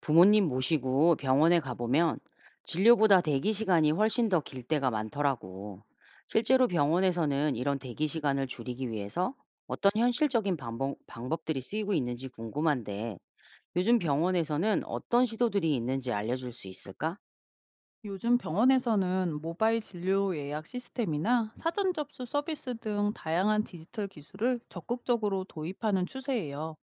부모님 모시고 병원에 가보면 진료보다 대기 시간이 훨씬 더 길 때가 많더라고. 실제로 병원에서는 이런 대기 시간을 줄이기 위해서 어떤 현실적인 방법들이 쓰이고 있는지 궁금한데 요즘 병원에서는 어떤 시도들이 있는지 알려줄 수 있을까? 요즘 병원에서는 모바일 진료 예약 시스템이나 사전 접수 서비스 등 다양한 디지털 기술을 적극적으로 도입하는 추세예요.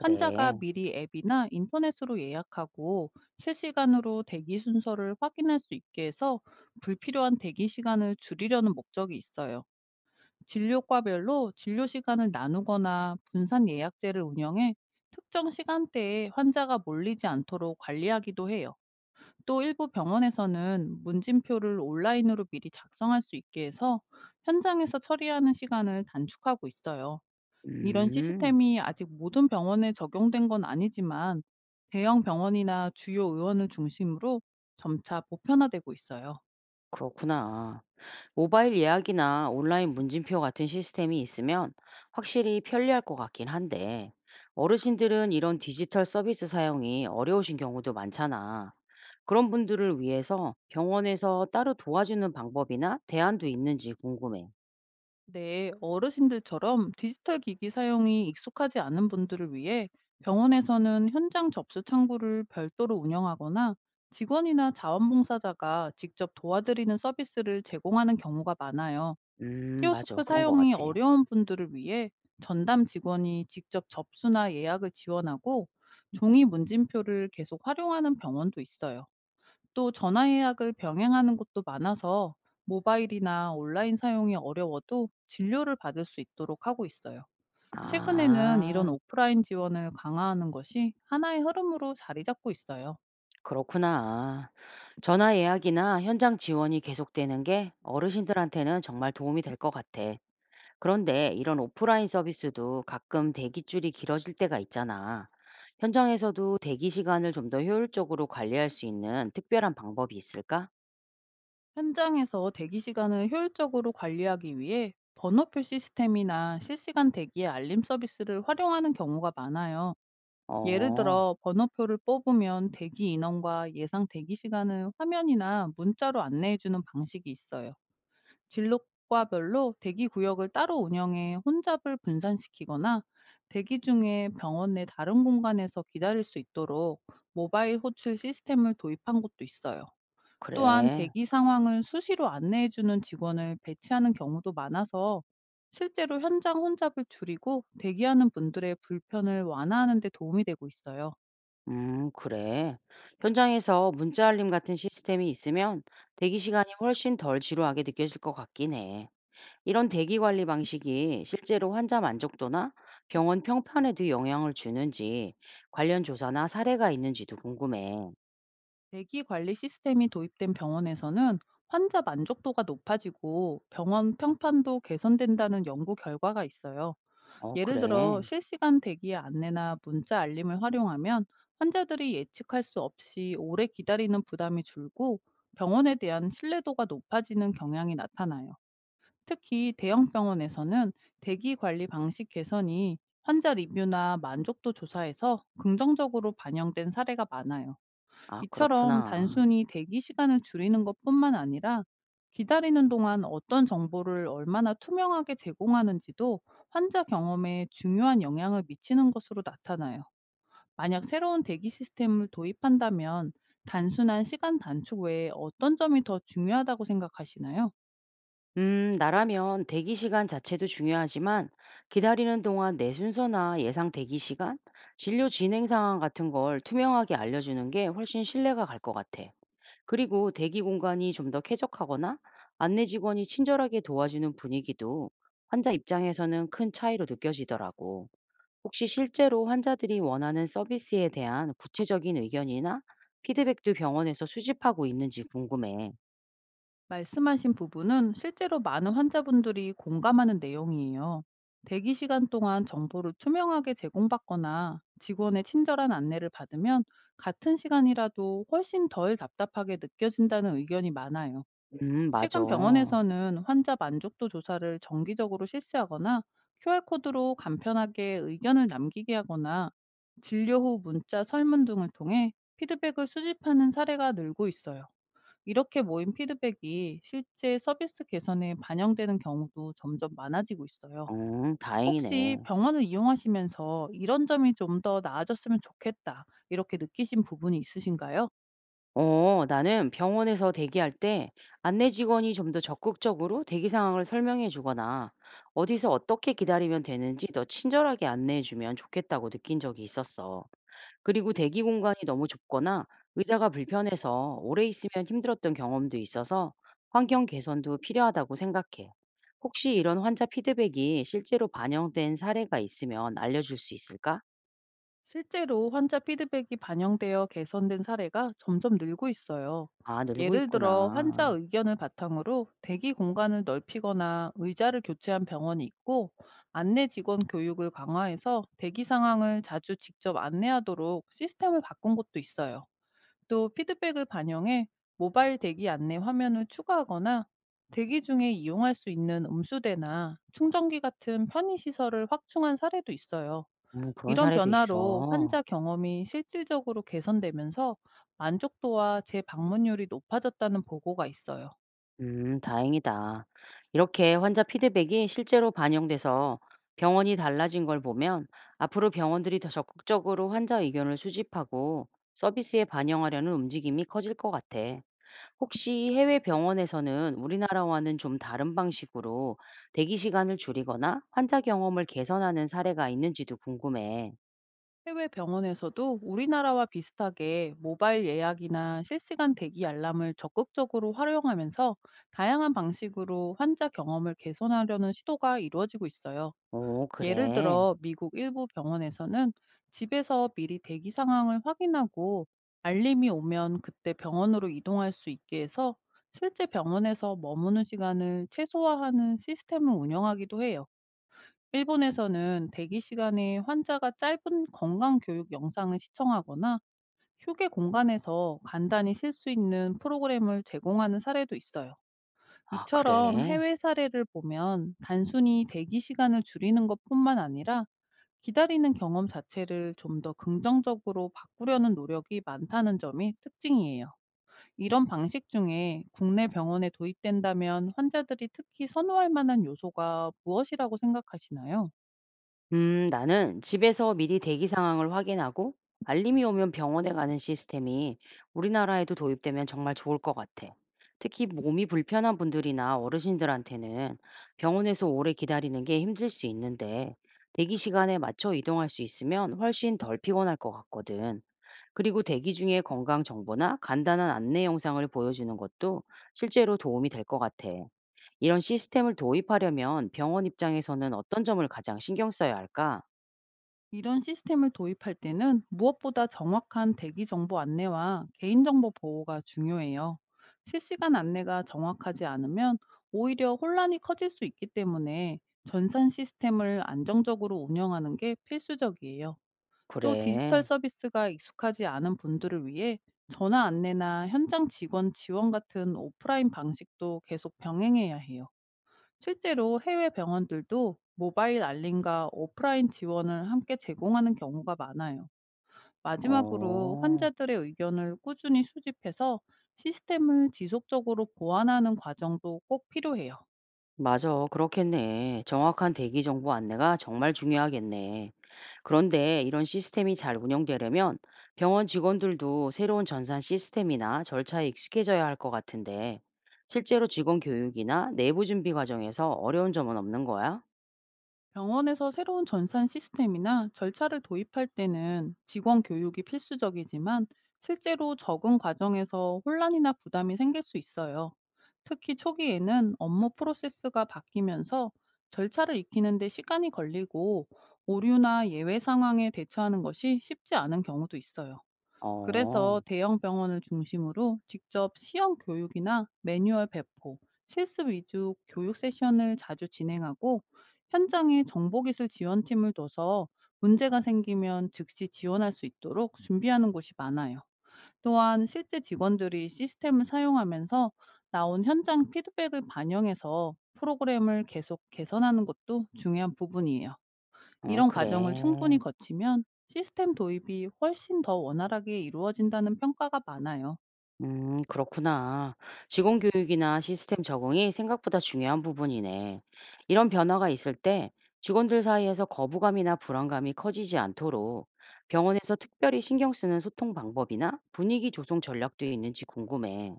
환자가 미리 앱이나 인터넷으로 예약하고 실시간으로 대기 순서를 확인할 수 있게 해서 불필요한 대기 시간을 줄이려는 목적이 있어요. 진료과별로 진료 시간을 나누거나 분산 예약제를 운영해 특정 시간대에 환자가 몰리지 않도록 관리하기도 해요. 또 일부 병원에서는 문진표를 온라인으로 미리 작성할 수 있게 해서 현장에서 처리하는 시간을 단축하고 있어요. 이런 음, 시스템이 아직 모든 병원에 적용된 건 아니지만, 대형 병원이나 주요 의원을 중심으로 점차 보편화되고 있어요. 그렇구나. 모바일 예약이나 온라인 문진표 같은 시스템이 있으면 확실히 편리할 것 같긴 한데, 어르신들은 이런 디지털 서비스 사용이 어려우신 경우도 많잖아. 그런 분들을 위해서 병원에서 따로 도와주는 방법이나 대안도 있는지 궁금해. 네, 어르신들처럼 디지털 기기 사용이 익숙하지 않은 분들을 위해 병원에서는 현장 접수 창구를 별도로 운영하거나 직원이나 자원봉사자가 직접 도와드리는 서비스를 제공하는 경우가 많아요. 맞아. 키오스크 그런 것 사용이 같아. 어려운 분들을 위해 전담 직원이 직접 접수나 예약을 지원하고, 종이 문진표를 계속 활용하는 병원도 있어요. 또 전화 예약을 병행하는 곳도 많아서, 모바일이나 온라인 사용이 어려워도 진료를 받을 수 있도록 하고 있어요. 최근에는 이런 아, 오프라인 지원을 강화하는 것이 하나의 흐름으로 자리 잡고 있어요. 그렇구나. 전화 예약이나 현장 지원이 계속되는 게 어르신들한테는 정말 도움이 될 것 같아. 그런데 이런 오프라인 서비스도 가끔 대기줄이 길어질 때가 있잖아. 현장에서도 대기 시간을 좀 더 효율적으로 관리할 수 있는 특별한 방법이 있을까? 현장에서 대기 시간을 효율적으로 관리하기 위해 번호표 시스템이나 실시간 대기의 알림 서비스를 활용하는 경우가 많아요. 예를 어, 들어, 번호표를 뽑으면 대기 인원과 예상 대기 시간을 화면이나 문자로 안내해주는 방식이 있어요. 진로과별로 대기 구역을 따로 운영해 혼잡을 분산시키거나, 대기 중에 병원 내 다른 공간에서 기다릴 수 있도록 모바일 호출 시스템을 도입한 곳도 있어요. 또한 그래. 대기 상황을 수시로 안내해주는 직원을 배치하는 경우도 많아서, 실제로 현장 혼잡을 줄이고 대기하는 분들의 불편을 완화하는 데 도움이 되고 있어요. 그래. 현장에서 문자 알림 같은 시스템이 있으면 대기 시간이 훨씬 덜 지루하게 느껴질 것 같긴 해. 이런 대기 관리 방식이 실제로 환자 만족도나 병원 평판에도 영향을 주는지 관련 조사나 사례가 있는지도 궁금해. 대기 관리 시스템이 도입된 병원에서는 환자 만족도가 높아지고 병원 평판도 개선된다는 연구 결과가 있어요. 어, 예를 들어, 그래. 실시간 대기의 안내나 문자 알림을 활용하면 환자들이 예측할 수 없이 오래 기다리는 부담이 줄고, 병원에 대한 신뢰도가 높아지는 경향이 나타나요. 특히 대형 병원에서는 대기 관리 방식 개선이 환자 리뷰나 만족도 조사에서 긍정적으로 반영된 사례가 많아요. 아, 이처럼 그렇구나. 단순히 대기 시간을 줄이는 것뿐만 아니라, 기다리는 동안 어떤 정보를 얼마나 투명하게 제공하는지도 환자 경험에 중요한 영향을 미치는 것으로 나타나요. 만약 새로운 대기 시스템을 도입한다면 단순한 시간 단축 외에 어떤 점이 더 중요하다고 생각하시나요? 나라면 대기 시간 자체도 중요하지만 기다리는 동안 내 순서나 예상 대기 시간, 진료 진행 상황 같은 걸 투명하게 알려주는 게 훨씬 신뢰가 갈 것 같아. 그리고 대기 공간이 좀 더 쾌적하거나 안내 직원이 친절하게 도와주는 분위기도 환자 입장에서는 큰 차이로 느껴지더라고. 혹시 실제로 환자들이 원하는 서비스에 대한 구체적인 의견이나 피드백도 병원에서 수집하고 있는지 궁금해. 말씀하신 부분은 실제로 많은 환자분들이 공감하는 내용이에요. 대기 시간 동안 정보를 투명하게 제공받거나 직원의 친절한 안내를 받으면 같은 시간이라도 훨씬 덜 답답하게 느껴진다는 의견이 많아요. 맞아. 최근 병원에서는 환자 만족도 조사를 정기적으로 실시하거나, QR코드로 간편하게 의견을 남기게 하거나, 진료 후 문자 설문 등을 통해 피드백을 수집하는 사례가 늘고 있어요. 이렇게 모인 피드백이 실제 서비스 개선에 반영되는 경우도 점점 많아지고 있어요. 어 혹시 다행이네. 병원을 이용하시면서 이런 점이 좀 더 나아졌으면 좋겠다, 이렇게 느끼신 부분이 있으신가요? 어 나는 병원에서 대기할 때 안내 직원이 좀 더 적극적으로 대기 상황을 설명해 주거나 어디서 어떻게 기다리면 되는지 더 친절하게 안내해 주면 좋겠다고 느낀 적이 있었어. 그리고 대기 공간이 너무 좁거나 의자가 불편해서 오래 있으면 힘들었던 경험도 있어서 환경 개선도 필요하다고 생각해. 혹시 이런 환자 피드백이 실제로 반영된 사례가 있으면 알려줄 수 있을까? 실제로 환자 피드백이 반영되어 개선된 사례가 점점 늘고 있어요. 아, 늘고 예를 들어, 환자 있구나. 의견을 바탕으로 대기 공간을 넓히거나 의자를 교체한 병원이 있고, 안내 직원 교육을 강화해서 대기 상황을 자주 직접 안내하도록 시스템을 바꾼 곳도 있어요. 또 피드백을 반영해 모바일 대기 안내 화면을 추가하거나, 대기 중에 이용할 수 있는 음수대나 충전기 같은 편의시설을 확충한 사례도 있어요. 그런 이런 사례도 변화로 있어. 환자 경험이 실질적으로 개선되면서 만족도와 재방문율이 높아졌다는 보고가 있어요. 다행이다. 이렇게 환자 피드백이 실제로 반영돼서 병원이 달라진 걸 보면 앞으로 병원들이 더 적극적으로 환자 의견을 수집하고 서비스에 반영하려는 움직임이 커질 것 같아. 혹시 해외 병원에서는 우리나라와는 좀 다른 방식으로 대기 시간을 줄이거나 환자 경험을 개선하는 사례가 있는지도 궁금해. 해외 병원에서도 우리나라와 비슷하게 모바일 예약이나 실시간 대기 알람을 적극적으로 활용하면서 다양한 방식으로 환자 경험을 개선하려는 시도가 이루어지고 있어요. 오, 예를 그래. 들어, 미국 일부 병원에서는 집에서 미리 대기 상황을 확인하고 알림이 오면 그때 병원으로 이동할 수 있게 해서 실제 병원에서 머무는 시간을 최소화하는 시스템을 운영하기도 해요. 일본에서는 대기 시간에 환자가 짧은 건강 교육 영상을 시청하거나 휴게 공간에서 간단히 쉴 수 있는 프로그램을 제공하는 사례도 있어요. 아, 이처럼 그래. 해외 사례를 보면 단순히 대기 시간을 줄이는 것뿐만 아니라, 기다리는 경험 자체를 좀 더 긍정적으로 바꾸려는 노력이 많다는 점이 특징이에요. 이런 방식 중에 국내 병원에 도입된다면 환자들이 특히 선호할 만한 요소가 무엇이라고 생각하시나요? 나는 집에서 미리 대기 상황을 확인하고 알림이 오면 병원에 가는 시스템이 우리나라에도 도입되면 정말 좋을 것 같아. 특히 몸이 불편한 분들이나 어르신들한테는 병원에서 오래 기다리는 게 힘들 수 있는데 대기 시간에 맞춰 이동할 수 있으면 훨씬 덜 피곤할 것 같거든. 그리고 대기 중에 건강 정보나 간단한 안내 영상을 보여주는 것도 실제로 도움이 될 것 같아. 이런 시스템을 도입하려면 병원 입장에서는 어떤 점을 가장 신경 써야 할까? 이런 시스템을 도입할 때는 무엇보다 정확한 대기 정보 안내와 개인정보 보호가 중요해요. 실시간 안내가 정확하지 않으면 오히려 혼란이 커질 수 있기 때문에, 전산 시스템을 안정적으로 운영하는 게 필수적이에요. 또 디지털 그래. 서비스가 익숙하지 않은 분들을 위해 전화 안내나 현장 직원 지원 같은 오프라인 방식도 계속 병행해야 해요. 실제로 해외 병원들도 모바일 알림과 오프라인 지원을 함께 제공하는 경우가 많아요. 마지막으로 어. 환자들의 의견을 꾸준히 수집해서 시스템을 지속적으로 보완하는 과정도 꼭 필요해요. 맞아. 그렇겠네. 정확한 대기 정보 안내가 정말 중요하겠네. 그런데 이런 시스템이 잘 운영되려면 병원 직원들도 새로운 전산 시스템이나 절차에 익숙해져야 할 것 같은데, 실제로 직원 교육이나 내부 준비 과정에서 어려운 점은 없는 거야? 병원에서 새로운 전산 시스템이나 절차를 도입할 때는 직원 교육이 필수적이지만, 실제로 적응 과정에서 혼란이나 부담이 생길 수 있어요. 특히 초기에는 업무 프로세스가 바뀌면서 절차를 익히는데 시간이 걸리고, 오류나 예외 상황에 대처하는 것이 쉽지 않은 경우도 있어요. 그래서 어, 대형 병원을 중심으로 직접 시험 교육이나 매뉴얼 배포, 실습 위주 교육 세션을 자주 진행하고, 현장에 정보기술 지원팀을 둬서 문제가 생기면 즉시 지원할 수 있도록 준비하는 곳이 많아요. 또한 실제 직원들이 시스템을 사용하면서 나온 현장 피드백을 반영해서 프로그램을 계속 개선하는 것도 중요한 부분이에요. 이런 과정을 충분히 그래. 거치면 시스템 도입이 훨씬 더 원활하게 이루어진다는 평가가 많아요. 그렇구나. 직원교육이나 시스템 적응이 생각보다 중요한 부분이네. 이런 변화가 있을 때 직원들 사이에서 거부감이나 불안감이 커지지 않도록 병원에서 특별히 신경 쓰는 소통 방법이나 분위기 조성 전략도 있는지 궁금해.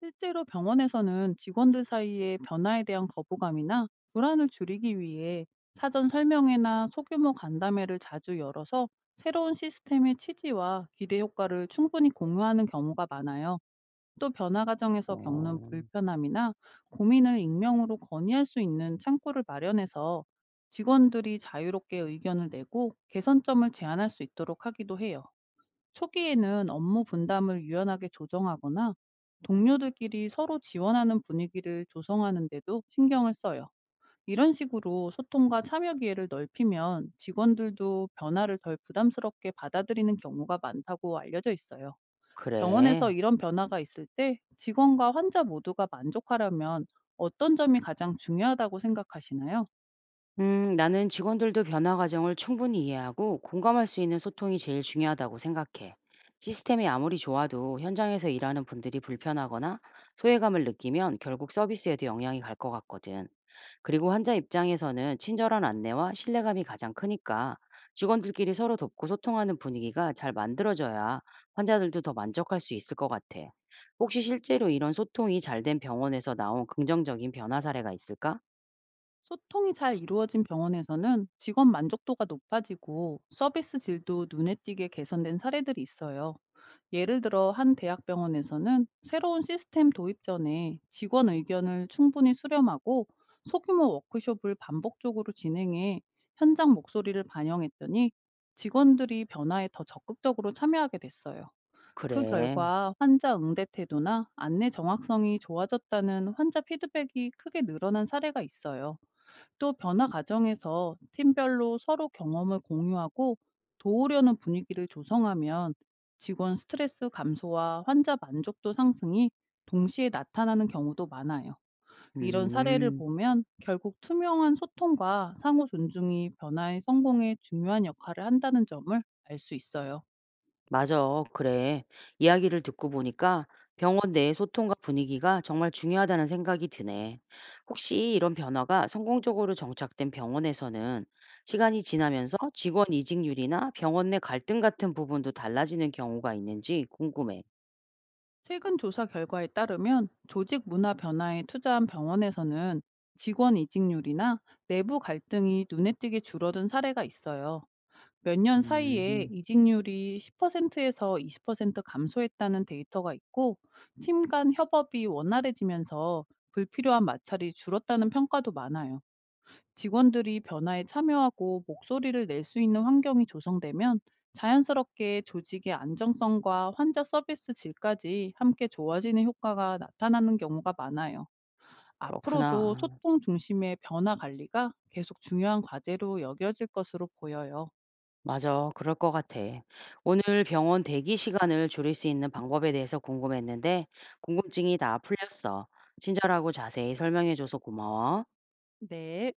실제로 병원에서는 직원들 사이의 변화에 대한 거부감이나 불안을 줄이기 위해 사전 설명회나 소규모 간담회를 자주 열어서 새로운 시스템의 취지와 기대 효과를 충분히 공유하는 경우가 많아요. 또 변화 과정에서 어, 겪는 불편함이나 고민을 익명으로 건의할 수 있는 창구를 마련해서 직원들이 자유롭게 의견을 내고 개선점을 제안할 수 있도록 하기도 해요. 초기에는 업무 분담을 유연하게 조정하거나 동료들끼리 서로 지원하는 분위기를 조성하는데도 신경을 써요. 이런 식으로 소통과 참여 기회를 넓히면 직원들도 변화를 덜 부담스럽게 받아들이는 경우가 많다고 알려져 있어요. 병원에서 그래. 이런 변화가 있을 때 직원과 환자 모두가 만족하려면 어떤 점이 가장 중요하다고 생각하시나요? 나는 직원들도 변화 과정을 충분히 이해하고 공감할 수 있는 소통이 제일 중요하다고 생각해. 시스템이 아무리 좋아도 현장에서 일하는 분들이 불편하거나 소외감을 느끼면 결국 서비스에도 영향이 갈 것 같거든. 그리고 환자 입장에서는 친절한 안내와 신뢰감이 가장 크니까 직원들끼리 서로 돕고 소통하는 분위기가 잘 만들어져야 환자들도 더 만족할 수 있을 것 같아. 혹시 실제로 이런 소통이 잘 된 병원에서 나온 긍정적인 변화 사례가 있을까? 소통이 잘 이루어진 병원에서는 직원 만족도가 높아지고 서비스 질도 눈에 띄게 개선된 사례들이 있어요. 예를 들어, 한 대학병원에서는 새로운 시스템 도입 전에 직원 의견을 충분히 수렴하고 소규모 워크숍을 반복적으로 진행해 현장 목소리를 반영했더니 직원들이 변화에 더 적극적으로 참여하게 됐어요. 그 그래. 결과 환자 응대 태도나 안내 정확성이 좋아졌다는 환자 피드백이 크게 늘어난 사례가 있어요. 또 변화 과정에서 팀별로 서로 경험을 공유하고 도우려는 분위기를 조성하면 직원 스트레스 감소와 환자 만족도 상승이 동시에 나타나는 경우도 많아요. 이런 사례를 음, 보면 결국 투명한 소통과 상호 존중이 변화의 성공에 중요한 역할을 한다는 점을 알 수 있어요. 맞아. 그래. 이야기를 듣고 보니까 병원 내 소통과 분위기가 정말 중요하다는 생각이 드네. 혹시 이런 변화가 성공적으로 정착된 병원에서는 시간이 지나면서 직원 이직률이나 병원 내 갈등 같은 부분도 달라지는 경우가 있는지 궁금해. 최근 조사 결과에 따르면 조직 문화 변화에 투자한 병원에서는 직원 이직률이나 내부 갈등이 눈에 띄게 줄어든 사례가 있어요. 몇 년 사이에 음, 이직률이 10%에서 20% 감소했다는 데이터가 있고, 팀 간 협업이 원활해지면서 불필요한 마찰이 줄었다는 평가도 많아요. 직원들이 변화에 참여하고 목소리를 낼 수 있는 환경이 조성되면 자연스럽게 조직의 안정성과 환자 서비스 질까지 함께 좋아지는 효과가 나타나는 경우가 많아요. 앞으로도 그렇구나. 소통 중심의 변화 관리가 계속 중요한 과제로 여겨질 것으로 보여요. 맞아. 그럴 것 같아. 오늘 병원 대기 시간을 줄일 수 있는 방법에 대해서 궁금했는데, 궁금증이 다 풀렸어. 친절하고 자세히 설명해줘서 고마워. 네,